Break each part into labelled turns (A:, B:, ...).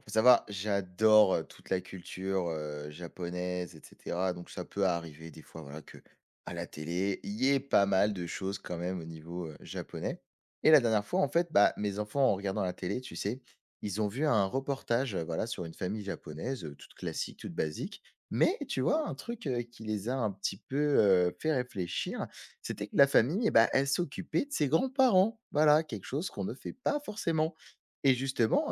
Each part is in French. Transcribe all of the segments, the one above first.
A: Faut savoir, j'adore, toute la culture, japonaise et cetera, donc ça peut arriver des fois, voilà, que à la télé, il y ait pas mal de choses quand même au niveau, japonais et la dernière fois, en fait, bah, mes enfants, en regardant la télé, tu sais, ils ont vu un reportage, voilà, sur une famille japonaise, toute classique, toute basique, mais tu vois, un truc, qui les a un petit peu, fait réfléchir, c'était que la famille, eh bah, elle s'occupait de ses grands-parents. Voilà, quelque chose qu'on ne fait pas forcément et justement,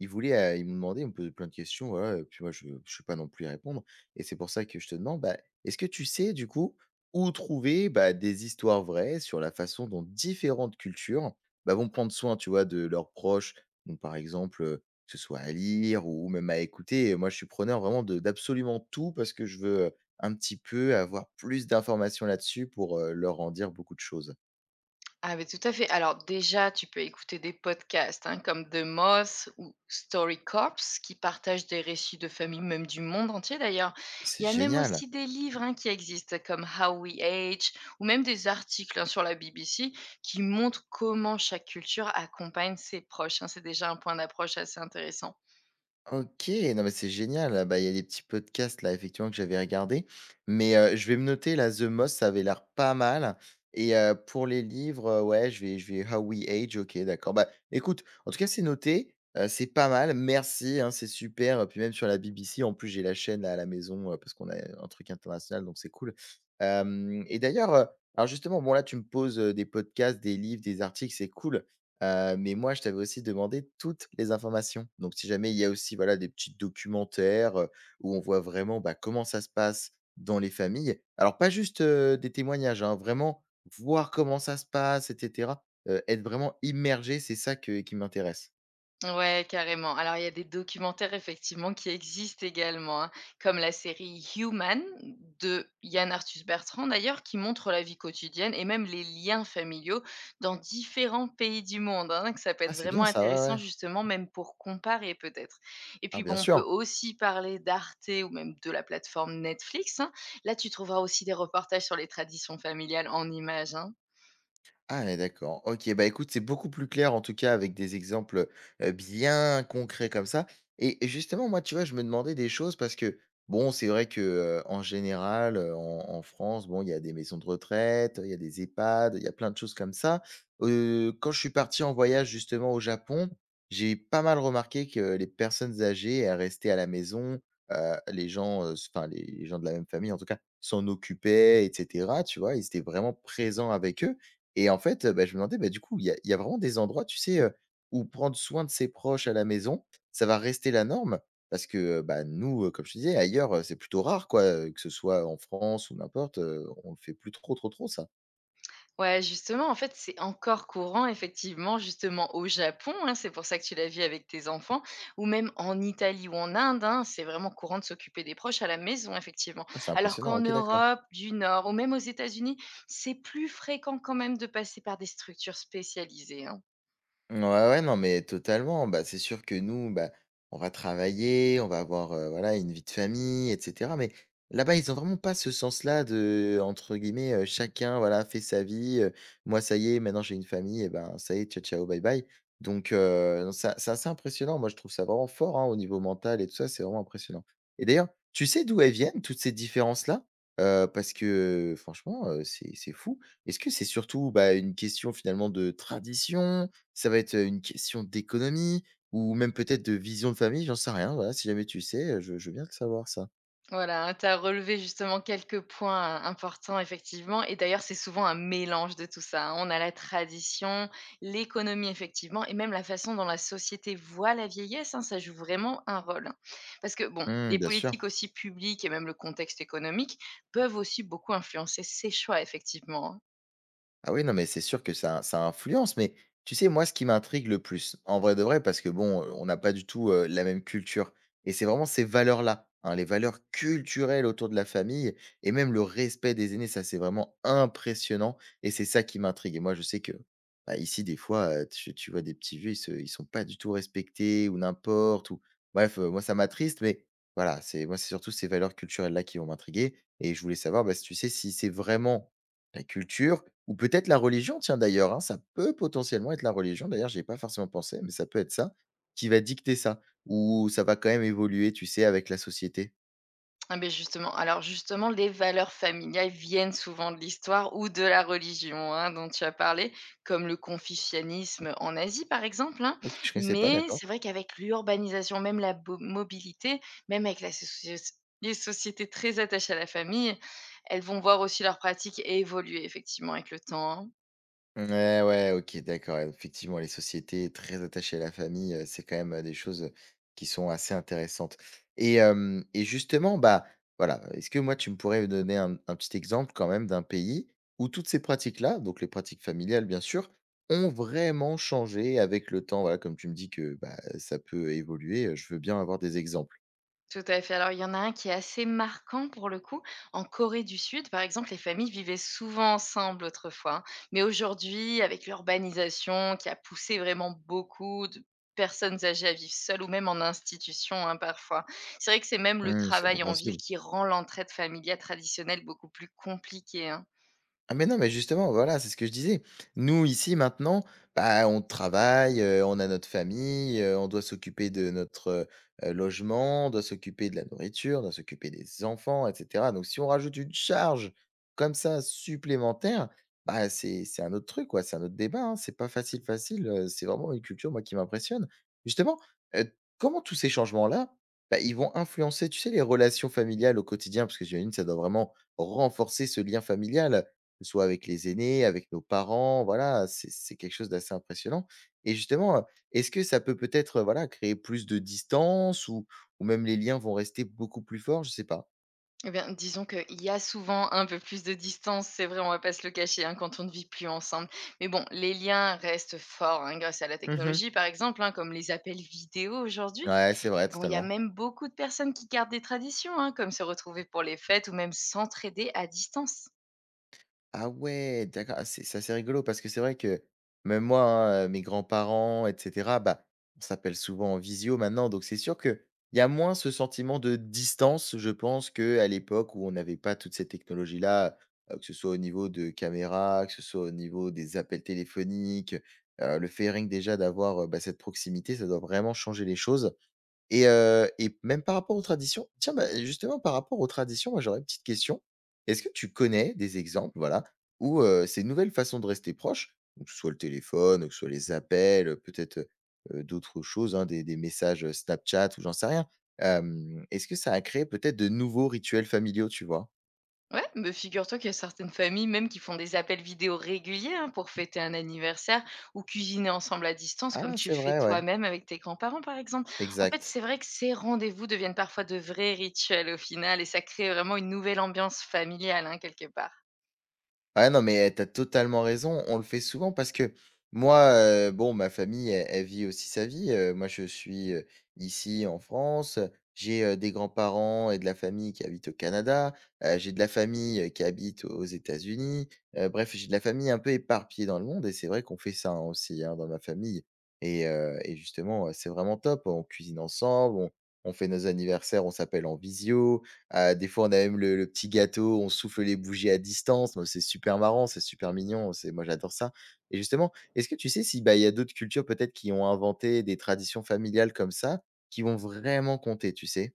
A: il me demandait, il me posait plein de questions, voilà, et puis moi je ne sais pas non plus y répondre et c'est pour ça que je te demande, bah, est-ce que tu sais du coup où trouver, bah, des histoires vraies sur la façon dont différentes cultures, bah, vont prendre soin, tu vois, de leurs proches? Donc par exemple, que ce soit à lire ou même à écouter, moi je suis preneur vraiment de d'absolument tout parce que je veux, un petit peu avoir plus d'informations là-dessus pour, leur en dire beaucoup de choses.
B: Ah mais tout à fait. Alors déjà, tu peux écouter des podcasts, hein, comme The Moss ou Story Corps qui partagent des récits de famille, même du monde entier d'ailleurs.
A: C'est
B: Il y a même
A: génial!
B: aussi des livres, hein, qui existent comme How We Age ou même des articles, hein, sur la BBC qui montrent comment chaque culture accompagne ses proches, hein. C'est déjà un point d'approche assez intéressant.
A: OK, non mais c'est génial. Ah bah, il y a des petits podcasts là effectivement que j'avais regardé, mais je vais me noter là The Moss, ça avait l'air pas mal et pour les livres, ouais, je vais How We Age, OK, d'accord. Bah, écoute, en tout cas, c'est noté, c'est pas mal. Merci, hein, c'est super, puis même sur la BBC, en plus, j'ai la chaîne là à la maison, parce qu'on a un truc international, donc c'est cool. Hem Et d'ailleurs, alors justement, bon là, tu me poses, des podcasts, des livres, des articles, c'est cool. Mais moi, je t'avais aussi demandé toutes les informations. Donc si jamais il y a aussi, voilà, des petits documentaires, où on voit vraiment, bah, comment ça se passe dans les familles. Alors pas juste, des témoignages, hein, vraiment voir comment ça se passe et cetera. Être vraiment immergé, c'est ça que qui m'intéresse.
B: Ouais, carrément. Alors, il y a des documentaires effectivement qui existent également, hein, comme la série Human de Yann Arthus-Bertrand d'ailleurs, qui montre la vie quotidienne et même les liens familiaux dans différents pays du monde, hein, que ça peut
A: Ah,
B: être
A: c'est
B: vraiment
A: bien ça, ouais,
B: intéressant
A: ouais.
B: justement même pour comparer peut-être. Et
A: Ah,
B: puis
A: bien
B: bon, on peut
A: sûr.
B: aussi parler d'Arte ou même de la plateforme Netflix, hein. Là, tu trouveras aussi des reportages sur les traditions familiales en images, hein.
A: Ah mais d'accord. OK, bah, écoute, c'est beaucoup plus clair en tout cas avec des exemples, bien concrets comme ça et justement moi, tu vois, je me demandais des choses parce que, bon, c'est vrai que, en général, en France, bon, il y a des maisons de retraite, il y a des EHPAD, il y a plein de choses comme ça. Quand je suis parti en voyage justement au Japon, j'ai pas mal remarqué que les personnes âgées, elles restaient à la maison, les gens, s enfin les gens de la même famille en tout cas, s'en occupaient et cetera, tu vois? Ils étaient vraiment présents avec eux et en fait, bah, je me demandais, bah, du coup, il y a vraiment des endroits, tu sais, où prendre soin de ses proches à la maison, ça va rester la norme? Parce que, bah, nous, comme je te disais, ailleurs, c'est plutôt rare quoi, que ce soit en France ou n'importe, on le fait plus trop, trop, trop ça.
B: Ouais, justement, en fait, c'est encore courant, effectivement, justement au Japon, hein, c'est pour ça que tu la vis avec tes enfants, ou même en Italie ou en Inde, hein, c'est vraiment courant de s'occuper des proches à la maison, effectivement.
A: Ah c'est
B: Alors
A: impressionnant,
B: qu'en
A: OK d'accord.
B: Europe du Nord ou même aux États-Unis, c'est plus fréquent quand même de passer par des structures spécialisées, hein.
A: Ouais, ouais, non, mais totalement. Bah, c'est sûr que nous, bah, on va travailler, on va avoir, voilà, une vie de famille, et cetera. Mais là-bas, ils ont vraiment pas ce sens-là de, entre guillemets, chacun, voilà, fait sa vie, moi, ça y est, maintenant j'ai une famille et ben, ça y est, ciao, ciao, bye, bye. Donc, non, ça c'est assez impressionnant. Moi, je trouve ça vraiment fort, hein, au niveau mental et tout ça, c'est vraiment impressionnant. Et d'ailleurs, tu sais d'où elles viennent toutes ces différences-là? Parce que, franchement, c'est fou. Est-ce que c'est surtout, bah, une question finalement de tradition? Ça va être, une question d'économie ou même peut-être de vision de famille, j'en sais rien, voilà, si jamais tu sais, je veux bien le savoir ça.
B: Voilà, hein, tu as relevé justement quelques points, importants, effectivement. Et d'ailleurs, c'est souvent un mélange de tout ça, hein. On a la tradition, l'économie, effectivement, et même la façon dont la société voit la vieillesse, hein, ça joue vraiment un rôle, hein. Parce que, bon,
A: Mmh,
B: les
A: bien sûr.
B: politiques aussi publiques et même le contexte économique peuvent aussi beaucoup influencer ses choix, effectivement, hein.
A: Ah oui, non, mais c'est sûr que ça influence, mais tu sais, moi, ce qui m'intrigue le plus, en vrai de vrai, parce que bon, on n'a pas du tout la même culture, et c'est vraiment ces valeurs-là, hein, les valeurs culturelles autour de la famille, et même le respect des aînés, ça, c'est vraiment impressionnant, et c'est ça qui m'intrigue. Et moi, je sais que bah, ici, des fois, tu vois des petits vieux, ils sont pas du tout respectés, ou n'importe, ou bref, moi, ça m'attriste, mais voilà, c'est moi, c'est surtout ces valeurs culturelles-là qui vont m'intriguer, et je voulais savoir, bah, si tu sais, si c'est vraiment la culture ou peut-être la religion, tiens, d'ailleurs, hein, ça peut potentiellement être la religion, d'ailleurs, j'y ai pas forcément pensé, mais ça peut être ça qui va dicter ça, ou ça va quand même évoluer, tu sais, avec la société?
B: Ah ben justement, alors justement, les valeurs familiales viennent souvent de l'histoire ou de la religion, hein, dont tu as parlé, comme le confucianisme en Asie par exemple, hein.
A: OK, je ne connaissais pas,
B: Mais
A: d'accord.
B: c'est vrai qu'avec l'urbanisation, même la bo mobilité, même avec la socie les sociétés très attachées à la famille, elles vont voir aussi leurs pratiques évoluer effectivement avec le temps, hein.
A: Ouais, ouais, OK, d'accord. Effectivement, les sociétés très attachées à la famille, c'est quand même, des choses, qui sont assez intéressantes et hem et justement, bah, voilà, est-ce que moi, tu me pourrais me donner un petit exemple quand même d'un pays où toutes ces pratiques-là, donc les pratiques familiales, bien sûr, ont vraiment changé avec le temps? Voilà, comme tu me dis que, bah, ça peut évoluer, je veux bien avoir des exemples.
B: Tout à fait. Alors, il y en a un qui est assez marquant pour le coup. En Corée du Sud, par exemple, les familles vivaient souvent ensemble autrefois, hein. Mais aujourd'hui, avec l'urbanisation qui a poussé vraiment beaucoup de personnes âgées à vivre seules ou même en institution, hein, parfois, c'est vrai que c'est même le
A: Mmh, c'est
B: travail en ville
A: compréhensible.
B: qui rend l'entraide familiale traditionnelle beaucoup plus compliquée, hein.
A: Ah mais non, mais justement, voilà, c'est ce que je disais. Nous, ici, maintenant, bah, on travaille, on a notre famille, on doit s'occuper de notre, logement, on doit s'occuper de la nourriture, on doit s'occuper des enfants et cetera. Donc si on rajoute une charge comme ça supplémentaire, bah, c'est un autre truc, quoi, c'est un autre débat, hein. C'est pas facile, facile, c'est vraiment une culture, moi, qui m'impressionne. Justement, heu, comment tous ces changements-là, bah, ils vont influencer, tu sais, les relations familiales au quotidien? Parce que j'imagine, que ça doit vraiment renforcer ce lien familial que ce soit avec les aînés, avec nos parents, voilà, c'est quelque chose d'assez impressionnant et justement, est-ce que ça peut peut-être, voilà, créer plus de distance ou même les liens vont rester beaucoup plus forts? Je sais pas.
B: Eh bien, disons qu'il y a souvent un peu plus de distance, c'est vrai, on va pas se le cacher, hein, quand on ne vit plus ensemble. Mais bon, les liens restent forts, hein, grâce à la
A: Mmh.
B: technologie, par exemple, hein, comme les appels vidéo aujourd'hui.
A: Ouais, c'est vrai,
B: Bon, il y a
A: totalement.
B: même beaucoup de personnes qui gardent des traditions, hein, comme se retrouver pour les fêtes ou même s'entraider à distance.
A: Ah ouais, d'accord. Ah, c'est assez rigolo parce que c'est vrai que même moi, hein, mes grands-parents et cetera, bah, on s'appelle souvent en visio maintenant, donc c'est sûr qu'il y a moins ce sentiment de distance, je pense, qu'à l'époque où on n'avait pas toutes ces technologies-là, que ce soit au niveau de caméra que ce soit au niveau des appels téléphoniques, le fait rien que déjà d'avoir, bah, cette proximité, ça doit vraiment changer les choses. Et même par rapport aux traditions tiens, bah, justement par rapport aux traditions, moi j'aurais une petite question. Est-ce que tu connais des exemples, voilà, où, ces nouvelles façons de rester proches, donc que ce soit le téléphone, que ce soit les appels, d'autres choses, hein, des messages, Snapchat ou j'en sais rien. Est-ce que ça a créé peut-être de nouveaux rituels familiaux, tu vois?
B: Ouais, mais figure-toi qu'il y a certaines familles même qui font des appels vidéo réguliers, hein, pour fêter un anniversaire ou cuisiner ensemble à distance, comme
A: Ah
B: tu
A: c'est
B: le fais
A: vrai, ouais,
B: toi-même avec tes grands-parents, par exemple. En fait,
A: exact.
B: c'est vrai que ces rendez-vous deviennent parfois de vrais rituels au final et ça crée vraiment une nouvelle ambiance familiale, hein, quelque part.
A: Ah non, mais tu as totalement raison. On le fait souvent parce que moi, bon, ma famille, elle vit aussi sa vie. Moi, je suis, ici en France. J'ai, des grands-parents et de la famille qui habitent au Canada. J'ai de la famille, qui habite aux États-Unis. Bref, j'ai de la famille un peu éparpillée dans le monde et c'est vrai qu'on fait ça, hein, aussi, hein, dans ma famille et justement, c'est vraiment top. On cuisine ensemble, on fait nos anniversaires, on s'appelle en visio. Des fois, on a même le petit gâteau, on souffle les bougies à distance. Moi, c'est super marrant, c'est super mignon, c'est moi j'adore ça et justement, est-ce que tu sais si, bah, il y a d'autres cultures peut-être qui ont inventé des traditions familiales comme ça, qui vont vraiment compter, tu sais?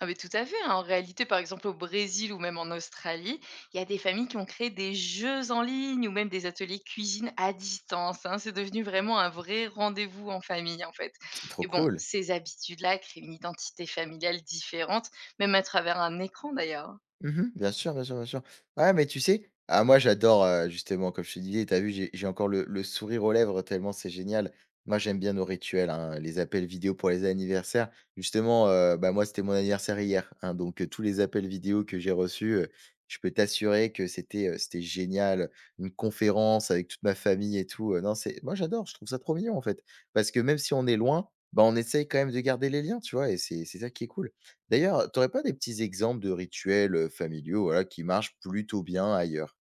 B: Ah mais tout à fait, hein. En réalité, par exemple, au Brésil ou même en Australie, il y a des familles qui ont créé des jeux en ligne ou même des ateliers cuisine à distance, hein. C'est devenu vraiment un vrai rendez-vous en famille, en fait.
A: C'est trop
B: Et bon,
A: cool.
B: ces habitudes-là créent une identité familiale différente, même à travers un écran d'ailleurs, hein.
A: Mmh. Bien sûr, bien sûr, bien sûr. Ouais, mais tu sais, ah moi j'adore, justement comme je te disais, t'as vu j'ai encore le sourire aux lèvres tellement c'est génial. Moi j'aime bien nos rituels, hein, les appels vidéo pour les anniversaires. Justement, moi c'était mon anniversaire hier, hein, donc tous les appels vidéo que j'ai reçus, je peux t'assurer que c'était, c'était génial. Une conférence avec toute ma famille et tout, non c'est moi j'adore, je trouve ça trop mignon en fait. Parce que même si on est loin, bah, on essaye quand même de garder les liens, tu vois? Et c'est ça qui est cool. D'ailleurs, t'aurais pas des petits exemples de rituels, familiaux, voilà, qui marchent plutôt bien ailleurs?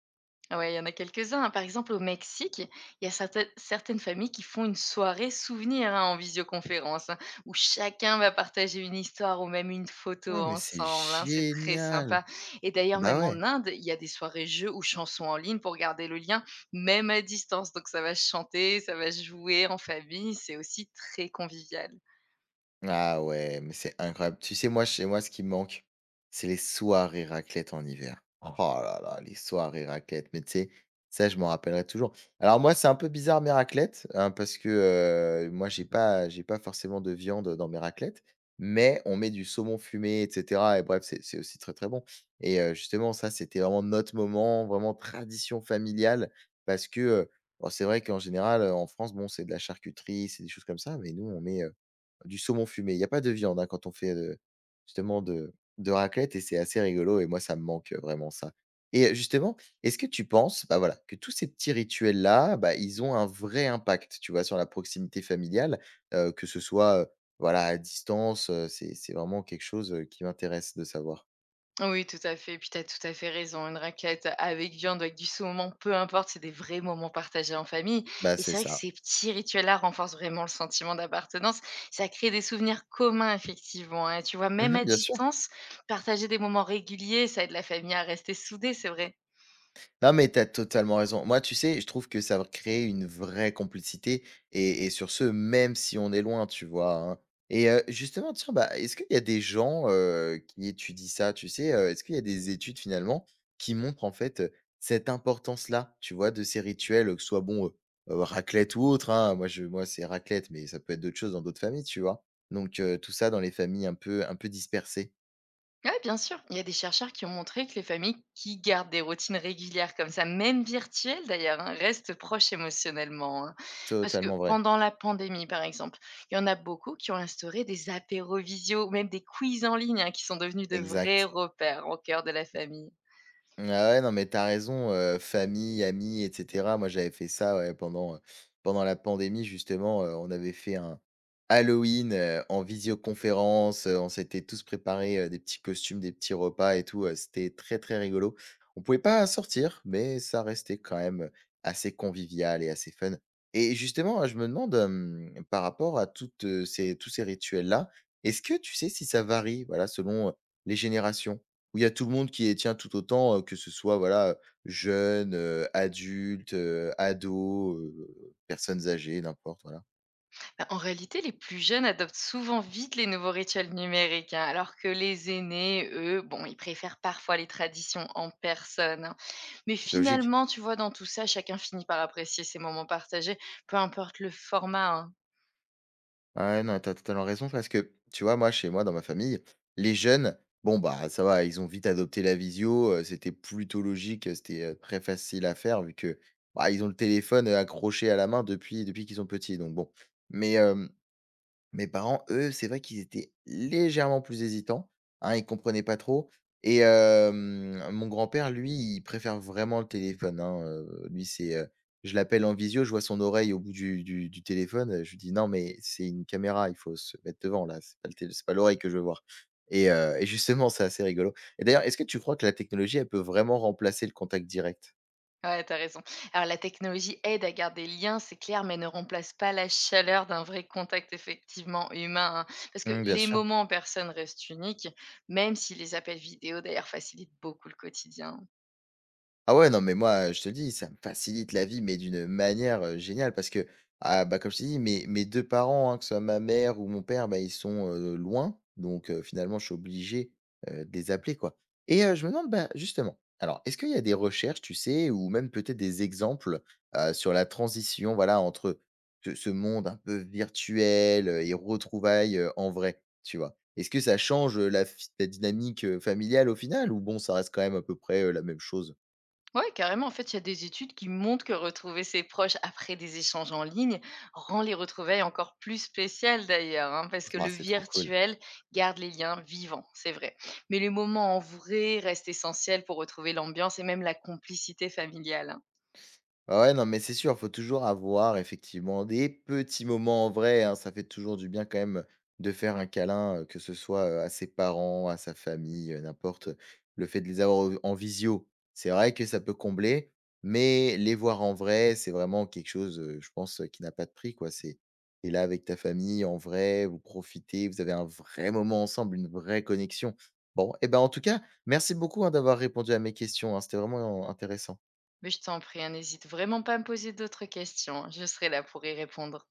B: Ah ouais, il y en a quelques-uns, hein. Par exemple, au Mexique, il y a certaines familles qui font une soirée souvenir, hein, en visioconférence, hein, où chacun va partager une histoire ou même une
A: Ouais,
B: photo
A: mais c'est
B: ensemble, hein. C'est très
A: génial!»
B: sympa. Et d'ailleurs,
A: Bah,
B: même en
A: ouais.
B: Inde, il y a des soirées jeux ou chansons en ligne pour garder le lien, même à distance. Donc ça va se chanter, ça va se jouer en famille. C'est aussi très convivial.
A: Ah ouais, mais c'est incroyable. Tu sais, moi, chez moi, ce qui me manque, c'est les soirées raclette en hiver. Oh. Oh là là, les soirées raclette. Mais tu sais, ça, je m'en rappellerai toujours. Alors moi, c'est un peu bizarre mes raclettes, hein, parce que moi, j'ai pas forcément de viande dans mes raclettes, mais on met du saumon fumé, etc. Et bref, c'est aussi très très bon. Et justement, ça, c'était vraiment notre moment, vraiment tradition familiale, parce que bon, c'est vrai qu'en général, en France, bon, c'est de la charcuterie, c'est des choses comme ça, mais nous, on met du saumon fumé. Il y a pas de viande, hein, quand on fait, justement de raclette, et c'est assez rigolo, et moi ça me manque, vraiment ça. Et justement, est-ce que tu penses, bah, voilà, que tous ces petits rituels-là, bah, ils ont un vrai impact, tu vois, sur la proximité familiale? Que ce soit, voilà, à distance, c'est vraiment quelque chose, qui m'intéresse de savoir.
B: Oui, tout à fait, puis tu as tout à fait raison. Une raclette avec viande avec du saumon, peu importe, c'est des vrais moments partagés en famille
A: Bah,
B: et
A: c'est
B: c'est vrai que
A: ça.
B: ces petits rituels-là renforcent vraiment le sentiment d'appartenance. Ça crée des souvenirs communs effectivement, hein, tu vois? Même
A: Mmh,
B: à
A: bien sûr.
B: distance, partager des moments réguliers, ça aide la famille à rester soudée, c'est vrai.
A: Non, mais t'as totalement raison. Moi, tu sais, je trouve que ça va créer une vraie complicité et sur ce, même si on est loin, tu vois, hein? Et justement, tiens, bah, est-ce qu'il y a des gens, qui étudient ça, tu sais, Est-ce qu'il y a des études finalement qui montrent en fait, cette importance-là, tu vois, de ces rituels, que ce soit bon, raclette ou autre, hein? Moi, c'est raclette, mais ça peut être d'autres choses dans d'autres familles, tu vois? Donc tout ça dans les familles un peu dispersées.
B: Ouais, bien sûr. Il y a des chercheurs qui ont montré que les familles qui gardent des routines régulières comme ça, même virtuelles d'ailleurs, hein, restent proches émotionnellement, hein. Parce que
A: Totalement vrai.
B: pendant la pandémie, par exemple, il y en a beaucoup qui ont instauré des apéros visio, ou même des quiz en ligne, hein, qui sont devenus de vrais
A: Exact.
B: repères au cœur de la famille.
A: Ah ouais, non, mais t'as raison, famille, amis et cetera. Moi, j'avais fait ça, ouais, pendant, pendant la pandémie, justement, on avait fait un Halloween, en visioconférence, on s'était tous préparés, des petits costumes, des petits repas et tout, c'était très, très rigolo. On pouvait pas sortir, mais ça restait quand même assez convivial et assez fun. Et justement, hein, je me demande, par rapport à toutes, ces tous ces rituels-là, est-ce que tu sais si ça varie, voilà, selon, les générations? Où il y a tout le monde qui les tient tout autant, que ce soit, voilà, jeunes, adultes, ados, personnes âgées, n'importe, voilà.
B: Bah, en réalité, les plus jeunes adoptent souvent vite les nouveaux rituels numériques, hein, alors que les aînés, eux, bon, ils préfèrent parfois les traditions en personne, hein. Mais
A: Logique.
B: finalement, tu vois, dans tout ça, chacun finit par apprécier ces moments partagés, peu importe le format, hein.
A: Ouais, non, t'as totalement raison parce que, tu vois, moi, chez moi, dans ma famille, les jeunes, bon, bah, ça va, ils ont vite adopté la visio, c'était plutôt logique, c'était, très facile à faire vu que, bah, ils ont le téléphone, accroché à la main depuis qu'ils sont petits, donc bon. Mais hem mes parents, eux, c'est vrai qu'ils étaient légèrement plus hésitants, hein, ils comprenaient pas trop. Et mon grand-père, lui, il préfère vraiment le téléphone, hein, lui, je l'appelle en visio, je vois son oreille au bout du du téléphone, je lui dis: «Non, mais c'est une caméra, il faut se mettre devant là, c'est pas l'oreille que je veux voir». Et justement, c'est assez rigolo. Et d'ailleurs, est-ce que tu crois que la technologie, elle peut vraiment remplacer le contact direct?
B: Ouais, t'as raison. Alors, la technologie aide à garder le lien, c'est clair, mais ne remplace pas la chaleur d'un vrai contact effectivement humain, hein. Parce que
A: Mmh, bien
B: les
A: sûr.
B: moments en personne restent uniques, même si les appels vidéo, d'ailleurs, facilitent beaucoup le quotidien.
A: Ah ouais, non, mais moi, je te le dis, ça me facilite la vie, mais d'une manière, géniale parce que, ah, bah, comme je t'ai dit, mes 2 parents, hein, que ce soit ma mère ou mon père, bah, ils sont, loin, donc finalement, je suis obligé, de les appeler, quoi. Et je me demande, bah, justement, alors, est-ce qu'il y a des recherches, tu sais, ou même peut-être des exemples, sur la transition, voilà, entre ce monde un peu virtuel, et retrouvailles, en vrai, tu vois? Est-ce que ça change, la dynamique, familiale au final, ou bon, ça reste quand même à peu près, la même chose?
B: Ouais, carrément. En fait, il y a des études qui montrent que retrouver ses proches après des échanges en ligne rend les retrouvailles encore plus spéciales d'ailleurs, hein, parce que
A: Ah,
B: le
A: c'est trop cool.
B: virtuel garde les liens vivants, c'est vrai. Mais les moments en vrai restent essentiels pour retrouver l'ambiance et même la complicité familiale, hein.
A: Ah ouais, non, mais c'est sûr, faut toujours avoir effectivement des petits moments en vrai, hein. Ça fait toujours du bien quand même de faire un câlin, que ce soit, à ses parents, à sa famille, n'importe. Le fait de les avoir, en visio, c'est vrai que ça peut combler, mais les voir en vrai, c'est vraiment quelque chose, je pense, qui n'a pas de prix, quoi. C'est Et là avec ta famille en vrai, vous profitez, vous avez un vrai moment ensemble, une vraie connexion. Bon, et ben, en tout cas, merci beaucoup, hein, d'avoir répondu à mes questions, hein. C'était vraiment intéressant.
B: Mais je t'en prie, hein, n'hésite vraiment pas à me poser d'autres questions, hein, je serai là pour y répondre.